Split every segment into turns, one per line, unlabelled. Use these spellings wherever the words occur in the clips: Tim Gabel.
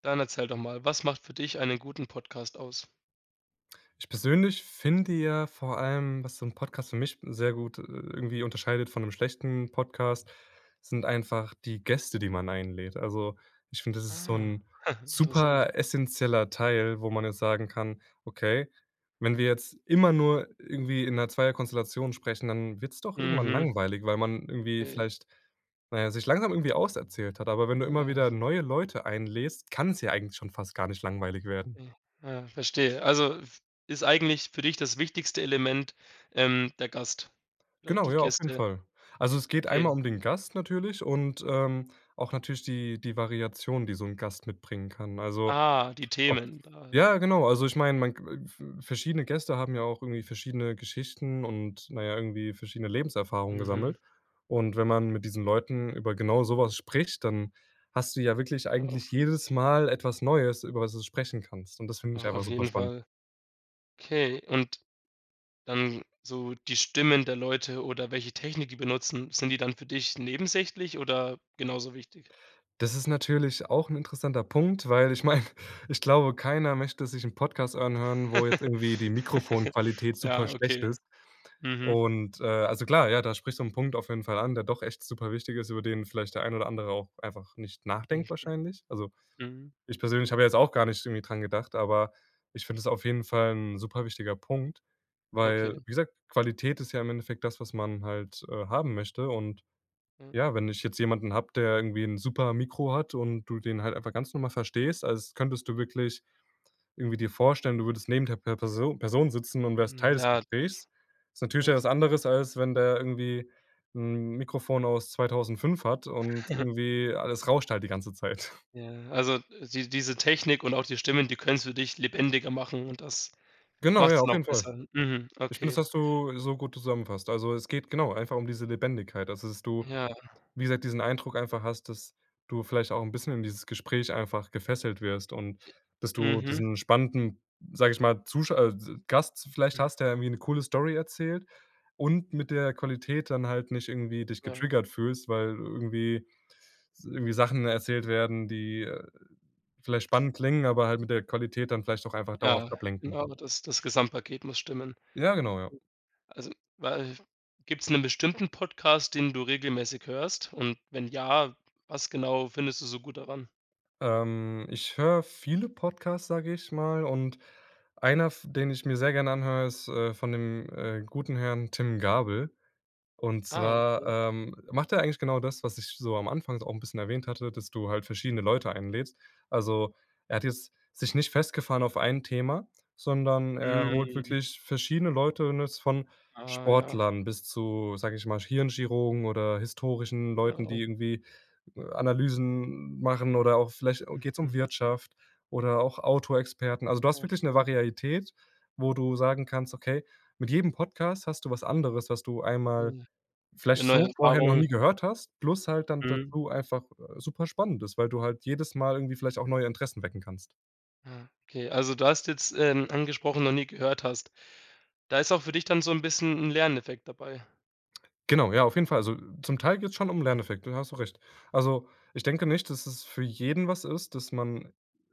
Dann erzähl doch mal, was macht für dich einen guten Podcast aus?
Ich persönlich finde ja vor allem, was so 'n Podcast für mich sehr gut, irgendwie unterscheidet von 'nem schlechten Podcast, sind einfach die Gäste, die man einlädt. Also, ich finde, das ist so
Ah,
'n
interessant.
super essenzieller Teil, wo man jetzt sagen kann: „Okay, wenn wir jetzt immer nur irgendwie in 'ner Zweierkonstellation sprechen, dann wird's doch irgendwann
Mhm.
langweilig, weil man irgendwie
Äh,
vielleicht, na ja, sich langsam irgendwie auserzählt hat.“ Aber wenn du immer
ja,
wieder neue Leute einlädst, kann's ja eigentlich schon fast gar nicht langweilig werden.
okay. Ja, verstehe. Also, f ist eigentlich für dich das wichtigste Element, der Gast oder
Genau,
die
ja, auf jeden
Gäste?
Fall. Also, es geht einmal
Okay.
um den Gast natürlich und, auch natürlich die Variation, die so ein Gast mitbringen kann. Also,
Ah, die
auf
Themen da.
ja, genau. Also, ich meine, man k verschiedene Gäste haben ja auch irgendwie verschiedene Geschichten und, naja, irgendwie verschiedene Lebenserfahrungen
Mhm.
gesammelt. Und wenn man mit diesen Leuten über genau sowas spricht, dann hast du ja wirklich
Ja,
eigentlich
auf
jedes Mal etwas Neues, über was du sprechen kannst. Und das finde
au
ich einfach
auf
super
jeden
spannend.
Fall. Okay, und dann so die Stimmen der Leute oder welche Technik die benutzen, sind die dann für dich nebensächlich oder genauso wichtig?
Das ist natürlich auch 'n interessanter Punkt, weil ich meine, ich glaube, keiner möchte sich 'n Podcast anhören, wo jetzt irgendwie die Mikrofonqualität super
Ja,
schlecht
okay.
ist.
Mhm.
Und, also klar, ja, da sprichst du 'n Punkt auf jeden Fall an, der doch echt super wichtig ist, über den vielleicht der ein oder andere auch einfach nicht nachdenkt
Mhm.
wahrscheinlich. Also,
Mhm.
ich persönlich habe ja jetzt auch gar nicht irgendwie dran gedacht, aber ich finde es auf jeden Fall 'n super wichtiger Punkt, weil,
Okay.
wie gesagt, Qualität ist ja im Endeffekt das, was man halt, haben möchte, und
Ja.
ja, wenn ich jetzt jemanden habe, der irgendwie ein super Mikro hat und du den halt einfach ganz normal verstehst, als könntest du wirklich irgendwie dir vorstellen, du würdest neben der Person sitzen und wärst
Mhm.
Teil des
Ja,
Gesprächs. Ist natürlich
also
etwas anderes, als wenn der irgendwie ein Mikrofon aus 2005 hat und irgendwie alles rauscht halt die ganze Zeit.
diese Technik und auch die Stimmen, die können's für dich lebendiger machen und das
Genau, ja,
macht's
auf
noch
jeden Fall.
besser. Mhm,
Ich finde, das
okay.
hast du so gut zusammengefasst. Also, es geht genau einfach um diese Lebendigkeit. Also, dass du,
Ja.
wie gesagt, diesen Eindruck einfach hast, dass du vielleicht auch 'n bisschen in dieses Gespräch einfach gefesselt wirst und dass du
Mhm.
diesen spannenden, sage ich mal, Zusch Gast vielleicht
Hm,
hast, der irgendwie 'ne coole Story erzählt und mit der Qualität dann halt nicht irgendwie dich
ja.
getriggert fühlst, weil irgendwie s irgendwie Sachen erzählt werden, die, vielleicht spannend klingen, aber halt mit der Qualität dann vielleicht auch einfach dauerhaft
Ja,
ablenken.
genau, das Gesamtpaket muss stimmen.
Ja, genau, ja.
Also, weil gibt's 'nen bestimmten Podcast, den du regelmäßig hörst? Und wenn ja, was genau findest du so gut daran?
Ich höre viele Podcasts, sage ich mal, und einer, f den ich mir sehr gerne anhöre, ist, von dem, guten Herrn Tim Gabel. Und
Ah,
zwar,
okay.
macht er eigentlich genau das, was ich so am Anfang auch ein bisschen erwähnt hatte, dass du halt verschiedene Leute einlädst. Also, er hat jetzt sich nicht festgefahren auf ein Thema, sondern er holt
Mhm.
wirklich verschiedene Leute, und von
Ah ja,
Sportlern bis zu, sage ich mal, Hirnchirurgen oder historischen Leuten,
genau.
die irgendwie Analysen machen, oder auch vielleicht geht es um
Mhm.
Wirtschaft oder auch Autoexperten. Also, du hast
Ja,
wirklich eine
schön.
Varietät, wo du sagen kannst: „Okay, mit jedem Podcast hast du was anderes, was du einmal
Mhm. 'Ne
vielleicht
neue
so vorher noch
Erfahrung.
nie gehört hast, plus halt dann
Mhm.
dazu einfach, super Spannendes, weil du halt jedes Mal irgendwie vielleicht auch neue Interessen wecken kannst.“
Ah, okay. Also, du hast jetzt, angesprochen, noch nie gehört hast. Da ist auch für dich dann so 'n bisschen 'n Lerneffekt dabei.
Genau, ja, auf jeden Fall. Also, zum Teil geht es schon um Lerneffekte, da hast du recht. Also, ich denke nicht, dass es für jeden was ist, dass man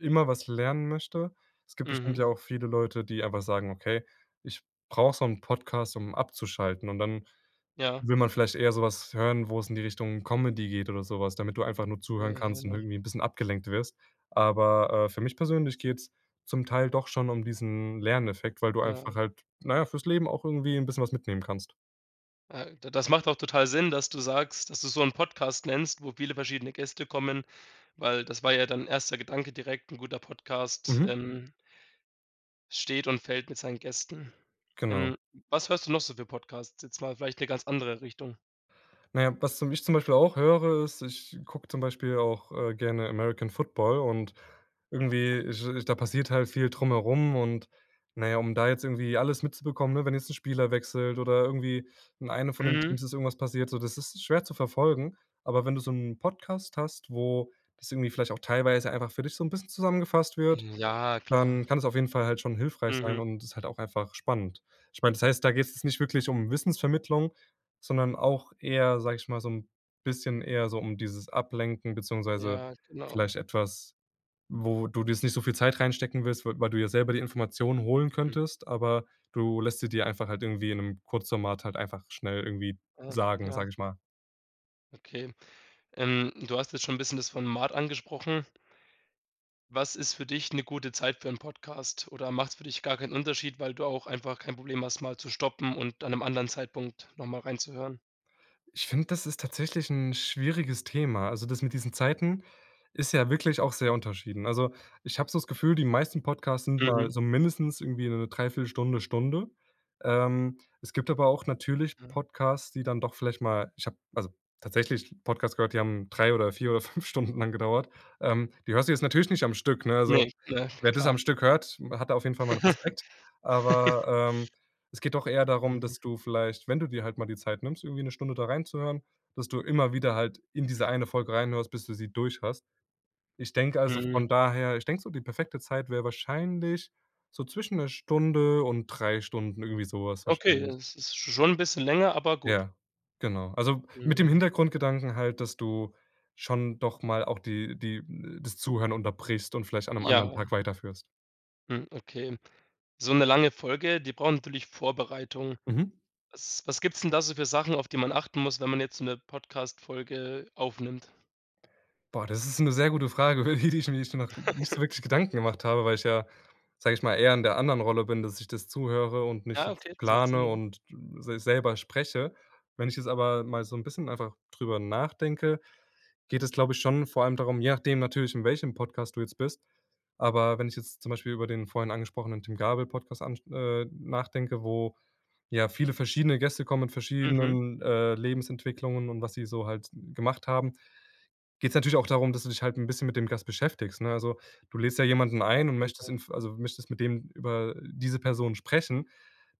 immer was lernen möchte. Es gibt bestimmt
Mhm.
ja auch viele Leute, die einfach sagen: „Okay, ich brauche so einen Podcast, um abzuschalten.“ Und dann
Ja.
will man vielleicht eher so was hören, wo es in die Richtung Comedy geht oder sowas, damit du einfach nur
Ja,
zuhören
ja,
kannst und
ja.
irgendwie ein bisschen abgelenkt wirst. Aber, für mich persönlich geht es zum Teil doch schon um diesen Lerneffekt, weil du
Ja,
einfach halt, naja, fürs Leben auch irgendwie ein bisschen was mitnehmen kannst.
d das macht auch total Sinn, dass du sagst, dass du so 'n Podcast nennst, wo viele verschiedene Gäste kommen, weil das war ja dein erster Gedanke direkt, 'n guter Podcast,
Mhm,
steht und fällt mit seinen Gästen.
genau.
Ähm, was hörst du noch so für Podcasts? Jetzt mal vielleicht 'ne ganz andere Richtung.
Naja, was zum ich zum Beispiel auch höre, ist, ich gucke zum Beispiel auch, gerne American Football, und irgendwie ich ich da passiert halt viel drumherum, und naja, um da jetzt irgendwie alles mitzubekommen, ne, wenn jetzt ein Spieler wechselt oder irgendwie in einem von den
Mhm.
Teams ist irgendwas passiert, so, das ist schwer zu verfolgen. Aber wenn du so einen Podcast hast, wo das irgendwie vielleicht auch teilweise einfach für dich so ein bisschen zusammengefasst wird,
Ja, klar.
dann kann es auf jeden Fall halt schon hilfreich sein
Mhm.
und ist halt auch einfach spannend. Ich meine, das heißt, da geht's jetzt nicht wirklich um Wissensvermittlung, sondern auch eher, sage ich mal, so 'n bisschen eher so um dieses Ablenken beziehungsweise
Ja, genau.
vielleicht etwas, wo du jetzt nicht so viel Zeit reinstecken willst, w weil du ja selber die Informationen holen
Hm.
könntest, aber du lässt sie dir einfach halt irgendwie in 'nem Kurzformat halt einfach schnell irgendwie
Ah,
sagen,
ja,
sage ich mal.
okay. Du hast jetzt schon ein bisschen das Format angesprochen. Was ist für dich eine gute Zeit für einen Podcast? Oder macht es für dich gar keinen Unterschied, weil du auch einfach kein Problem hast, mal zu stoppen und an einem anderen Zeitpunkt noch mal reinzuhören?
Ich finde, das ist tatsächlich ein schwieriges Thema. Also, das mit diesen Zeiten ist ja wirklich auch sehr unterschieden. Also, ich habe so das Gefühl, die meisten Podcasts sind mal
Mhm.
so mindestens irgendwie eine Dreiviertelstunde, Stunde. Es gibt aber auch natürlich
Ja.
Podcasts, die dann doch vielleicht mal ich habe also, tatsächlich Podcasts gehört, die haben 3 oder 4 oder 5 Stunden lang gedauert. Die hörst du jetzt natürlich nicht am Stück, ne? Also,
Ne, ne,
wer das am
klar.
Stück hört, hat da auf jeden Fall meinen Respekt. Aber, ähm, es geht doch eher darum,
Mhm.
dass du vielleicht, wenn du dir halt mal die Zeit nimmst, irgendwie eine Stunde da reinzuhören, dass du immer wieder halt in diese eine Folge reinhörst, bis du sie durch hast. Ich denke also
Mhm.
von daher ich denke so, die perfekte Zeit wäre wahrscheinlich so zwischen einer Stunde und 3 Stunden, irgendwie sowas
Okay,
wahrscheinlich.
es ist schon ein bisschen länger, aber gut.
Ja, genau. Also, mit dem
Mhm.
Hintergrundgedanken halt, dass du schon doch mal auch die die das Zuhören unterbrichst und vielleicht an einem
Ja,
anderen Tag weiterführst.
mhm, okay. So eine lange Folge, die braucht natürlich Vorbereitung.
Mhm.
Was gibt's denn da so für Sachen, auf die man achten muss, wenn man jetzt so 'ne Podcast-Folge aufnimmt?
Boah, das ist 'ne sehr gute Frage, über die ich mir schon noch nicht so wirklich Gedanken gemacht habe, weil ich ja, sage ich mal, eher in der anderen Rolle bin, dass ich das zuhöre und nicht
Ja,
jetzt
okay, das macht Sinn,
plane
ja.
und se selber spreche. Wenn ich jetzt aber mal so 'n bisschen einfach drüber nachdenke, geht es, glaube ich, schon vor allem darum, je nachdem natürlich, in welchem Podcast du jetzt bist. Aber wenn ich jetzt zum Beispiel über den vorhin angesprochenen Tim Gabel-Podcast an nachdenke, wo ja viele verschiedene Gäste kommen mit
Mhm.
verschiedenen, Lebensentwicklungen und was sie so halt gemacht haben, geht es natürlich auch darum, dass du dich halt ein bisschen mit dem Gast beschäftigst, ne? Also, du lädst ja jemanden ein
Auf
und
jeden
möchtest
Fall.
inf also, möchtest mit dem über diese Person sprechen,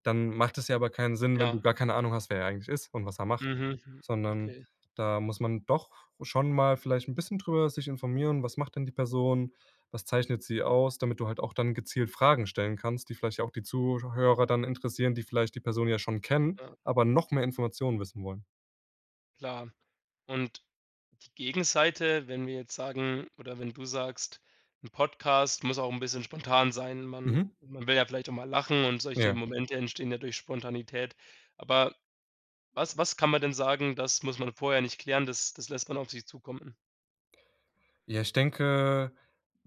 dann macht es ja aber keinen Sinn, wenn
Ja.
du gar keine Ahnung hast, wer er eigentlich ist und was er macht,
Mhm.
sondern
Okay,
da muss man doch schon mal vielleicht ein bisschen drüber sich informieren: „Was macht denn die Person? Was zeichnet sie aus?“ Damit du halt auch dann gezielt Fragen stellen kannst, die vielleicht auch die Zuhörer dann interessieren, die vielleicht die Person ja schon kennen,
ja,
aber noch mehr Informationen wissen wollen.
klar. Und die Gegenseite, wenn wir jetzt sagen oder wenn du sagst, ein Podcast muss auch ein bisschen spontan sein. Man
Mhm.
man will ja vielleicht auch mal lachen und solche
Ja.
Momente entstehen ja durch Spontanität. Aber was kann man denn sagen, das muss man vorher nicht klären, das lässt man auf sich zukommen?
Ja, ich denke,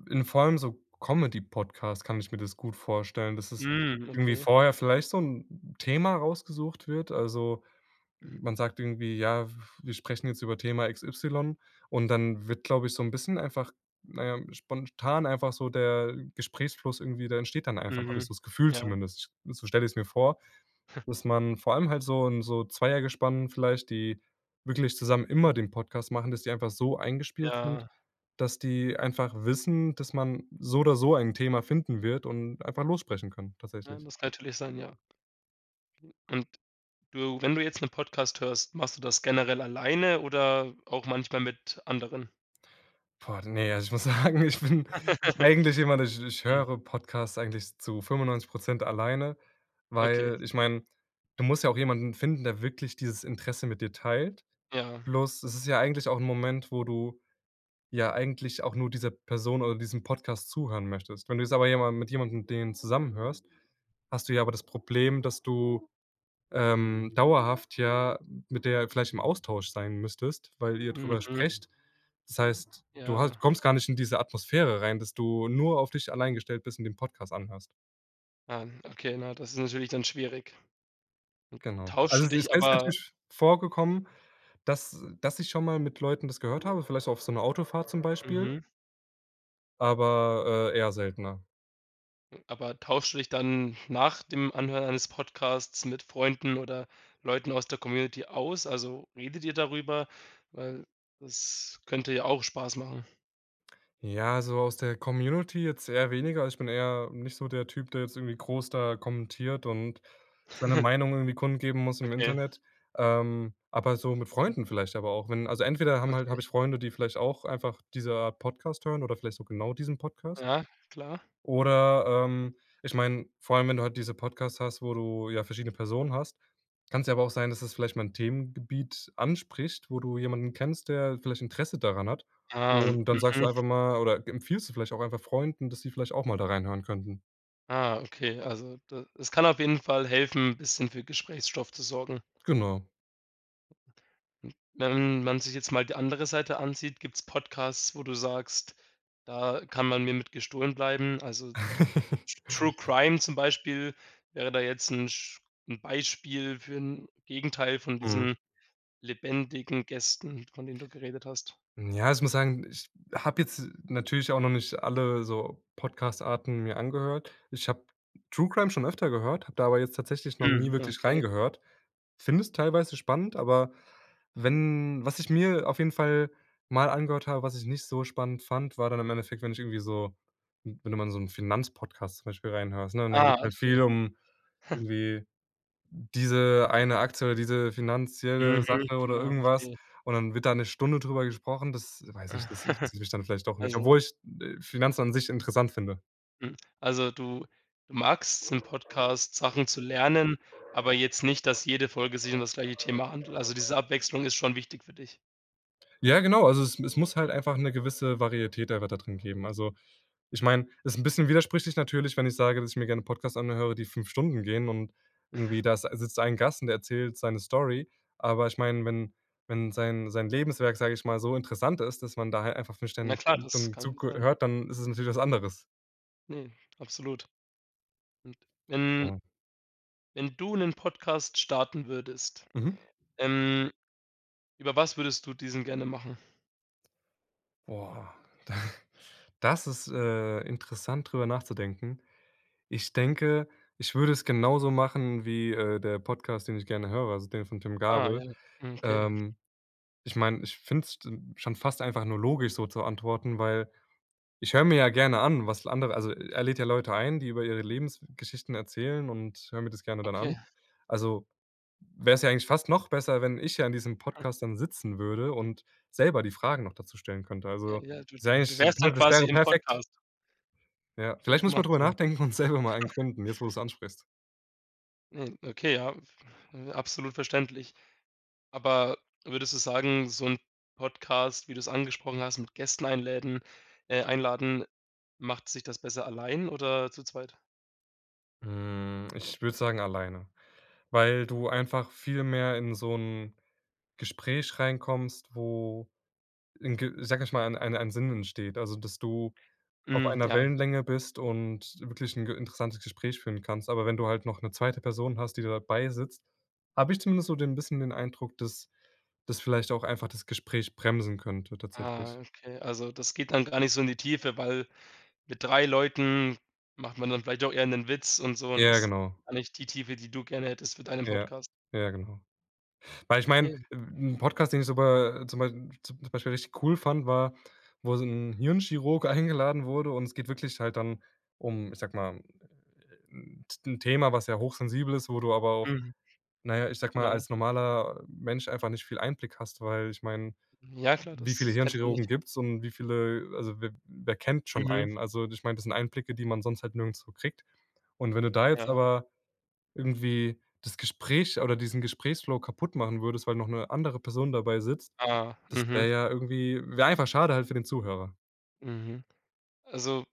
in vor allem so Comedy-Podcasts kann ich mir das gut vorstellen, dass es
Hm,
irgendwie
okay.
vorher vielleicht so 'n Thema rausgesucht wird. Also,
Mhm.
man sagt irgendwie: „Ja, w wir sprechen jetzt über Thema XY“, und dann wird, glaube ich, so 'n bisschen einfach, na ja, spontan einfach so der Gesprächsfluss irgendwie, der entsteht dann einfach, habe ich
Mhm.
so das Gefühl
Ja.
zumindest. Ich so stelle ich's mir vor. Dass man vor allem halt so 'n so Zweiergespann vielleicht, die wirklich zusammen
Hm.
immer den Podcast machen, dass die einfach so eingespielt sind,
Ja.
dass die einfach wissen, dass man so oder so ein Thema finden wird und einfach lossprechen können,
Ja,
tatsächlich.
das kann natürlich sein, ja. Und Du, wenn du jetzt einen Podcast hörst, machst du das generell alleine oder auch manchmal mit anderen?
Boah, ne, also ich muss sagen, ich bin eigentlich jemand, ich ich
Hm,
höre Podcasts eigentlich zu 95% alleine,
okay,
weil ich meine, du musst ja auch jemanden finden, der wirklich dieses Interesse mit dir teilt.
ja.
Bloß, es ist ja eigentlich auch 'n Moment, wo du ja eigentlich auch nur dieser Person oder diesem Podcast zuhören möchtest. Wenn du jetzt aber jemand mit jemandem den zusammenhörst, hast du ja aber das Problem, dass du, dauerhaft ja mit der vielleicht im Austausch sein müsstest, weil ihr drüber
Mhm,
sprecht. Das heißt, du hast
ja.
kommst gar nicht in diese Atmosphäre rein, dass du nur auf dich allein gestellt bist und den Podcast anhörst.
Ah, okay, na, das ist natürlich dann schwierig.
Genau.
Tauschst
Also,
du
es ist
dich
es ist
aber
natürlich vorgekommen, dass ich schon mal mit Leuten das gehört habe, vielleicht auf so einer Autofahrt zum Beispiel,
mhm,
aber, eher seltener.
aber tauschst du dich dann nach dem Anhören eines Podcasts mit Freunden oder Leuten aus der Community aus? Also, redet ihr darüber? Weil das könnte ja auch Spaß machen.
Ja, so aus der Community jetzt eher weniger. Ich bin eher nicht so der Typ, der jetzt irgendwie groß da kommentiert und seine Meinung irgendwie kundgeben muss im
Okay,
Internet. Aber so mit
hm,
Freunden vielleicht aber auch. Wenn also entweder
okay.
habe ich Freunde, die vielleicht auch einfach diese Art Podcast hören oder vielleicht so genau diesen Podcast.
Ja, klar.
Oder, ich meine, vor allem, wenn du halt diese Podcasts hast, wo du ja verschiedene Personen hast, kann es ja aber auch sein, dass es vielleicht mal ein Themengebiet anspricht, wo du jemanden kennst, der vielleicht Interesse daran hat.
Ah,
Und dann sagst du
mhm.
einfach mal oder empfiehlst du vielleicht auch einfach Freunden, dass sie vielleicht auch mal da reinhören könnten.
Ah, okay. Also, da es kann auf jeden Fall helfen, ein bisschen für Gesprächsstoff zu sorgen.
Genau.
Wenn man sich jetzt mal die andere Seite ansieht, gibt's Podcasts, wo du sagst: „Da kann man mir mit gestohlen bleiben." Also, True Crime zum Beispiel wäre da jetzt ein sch 'n Beispiel für ein Gegenteil von
Mhm.
diesen lebendigen Gästen, von denen du geredet hast.
Ja, ich muss sagen, ich habe jetzt natürlich auch noch nicht alle so Podcast-Arten mir angehört. Ich habe True Crime schon öfter gehört, habe da aber jetzt tatsächlich noch nie
Hm,
wirklich
okay.
reingehört. Finde es teilweise spannend, aber wenn was ich mir auf jeden Fall mal angehört habe, was ich nicht so spannend fand, war dann im Endeffekt, wenn du mal in so einen Finanzpodcast zum Beispiel reinhörst, ne? Und dann geht
Ah,
halt viel
okay.
um irgendwie diese eine Aktie oder diese finanzielle
Mhm.
Sache oder
Ja,
irgendwas,
okay.
und dann wird da eine Stunde drüber gesprochen. Das, weiß nicht, das interessiert mich dann vielleicht doch nicht,
Also
obwohl ich, Finanzen an sich interessant finde.
also du magst im Podcast Sachen zu lernen, aber jetzt nicht, dass jede Folge sich um das gleiche Thema handelt. Also diese Abwechslung ist schon wichtig für dich.
Ja, genau, also es muss halt einfach eine gewisse Varietät einfach da drin geben. Also, ich meine, ist ein bisschen widersprüchlich natürlich, wenn ich sage, dass ich mir gerne Podcasts anhöre, die 5 Stunden gehen und irgendwie da s sitzt ein Gast und der erzählt seine Story. Aber ich meine, wenn sein Lebenswerk, sage ich mal, so interessant ist, dass man da halt einfach 5
Na
Stunden
klar, das
Stunden
kann gut sein.
zuhört, dann ist es natürlich was anderes.
Ne, absolut. Und wenn
Ja.
wenn du einen Podcast starten würdest,
Mhm.
ähm, über was würdest du diesen gerne machen?
Boah, das ist, interessant, drüber nachzudenken. Ich denke, ich würde es genauso machen wie, der Podcast, den ich gerne höre, also den von Tim
Ah, ja.
Gabel.
Hm, okay,
Ähm Ich meine, ich finde es schon fast einfach nur logisch, so zu antworten, weil ich höre mir ja gerne an, was andere, also, er lädt ja Leute ein, die über ihre Lebensgeschichten erzählen, und höre mir das gerne dann
okay.
an. Also, wäre es ja eigentlich fast noch besser, wenn ich ja in diesem Podcast dann sitzen würde und selber die Fragen noch dazu stellen könnte.
Ja,
Also,
ja, du
ist ja
du du
eigentlich
wärst
per
dann
das
quasi
wäre
im
perfekt.
Podcast.
Ja,
Du
vielleicht
du
muss ich mal
machst
drüber
so.
nachdenken und selber mal einen gründen, jetzt wo du es ansprichst.
Ne, okay, ja, f absolut verständlich. Aber würdest du sagen, so 'n Podcast, wie du's angesprochen hast, mit Gästen einläden einladen, macht sich das besser allein oder zu zweit?
Hm, ich würde sagen alleine, weil du einfach viel mehr in so ein Gespräch reinkommst, wo in ge sage ich mal, ein Sinn entsteht. Also, dass du auf
Hm,
einer
ja.
Wellenlänge bist und wirklich ein ge interessantes Gespräch führen kannst. Aber wenn du halt noch eine zweite Person hast, die dabei sitzt, habe ich zumindest so den, ein bisschen den Eindruck, dass das vielleicht auch einfach das Gespräch bremsen könnte tatsächlich.
Ah, okay. Also, das geht dann gar nicht so in die Tiefe, weil mit 3 Leuten macht man dann vielleicht auch eher 'nen Witz und so und
Ja,
das
genau.
gar nicht die Tiefe, die du gerne hättest für deinen
Ja.
Podcast.
Ja, genau. Weil ich meine,
Okay.
ein Podcast, den ich sogar zum Beispiel richtig cool fand, war, wo so 'n Hirnchirurg eingeladen wurde, und es geht wirklich halt dann um, ich sag mal, ein Thema, was ja hochsensibel ist, wo du aber auch,
Mhm.
naja, ich sag mal,
Ja.
als normaler Mensch einfach nicht viel Einblick hast, weil ich meine,
Ja klar,
wie viele
das kennt man nicht.
Hirnchirurgen gibt's und wie viele, also we wer kennt schon
Mhm.
einen? Also, ich meine, das sind Einblicke, die man sonst halt nirgendswo kriegt. Und wenn du da jetzt
Ja.
aber irgendwie das Gespräch oder diesen Gesprächsflow kaputt machen würdest, weil noch eine andere Person dabei sitzt,
Ah.
das
Mhm.
wäre ja irgendwie wäre einfach schade halt für den Zuhörer.
Mhm. Also,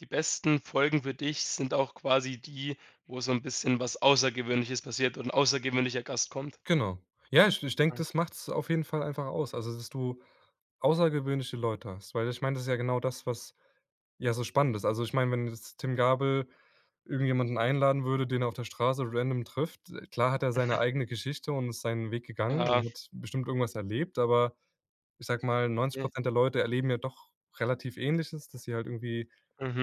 die besten Folgen für dich sind auch quasi die, wo so ein bisschen was Außergewöhnliches passiert und ein außergewöhnlicher Gast kommt.
Genau. Ja, ich denke,
Ah,
das macht es auf jeden Fall einfach aus. Also, dass du außergewöhnliche Leute hast, weil ich meine, das ist ja genau das, was ja so spannend ist. Also, ich meine, wenn jetzt Tim Gabel irgendjemanden einladen würde, den er auf der Straße random trifft, klar hat er seine eigene Geschichte und ist seinen Weg
ja,
gegangen
okay,
und hat bestimmt irgendwas erlebt, aber ich sage mal, neunzig
ja,
Prozent der Leute erleben ja doch relativ Ähnliches, dass sie halt irgendwie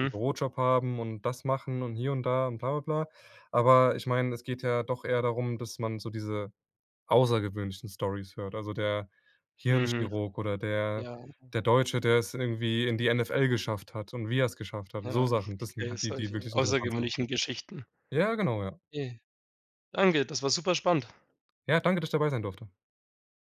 einen Bürojob haben und das machen und hier und da und bla bla bla. Aber ich meine, es geht ja doch eher darum, dass man so diese außergewöhnlichen Stories hört. Also, der
mhm,
Hirnchirurg oder
ja,
der Deutsche, der es irgendwie in die NFL geschafft hat und wie er es geschafft hat. So
ja,
Sachen, das sind
okay,
halt die, die
solche
wirklich interessant sind.
außergewöhnlichen Geschichten.
Ja, genau, ja.
Okay, danke, das war super spannend.
Ja, danke, dass ich dabei sein durfte.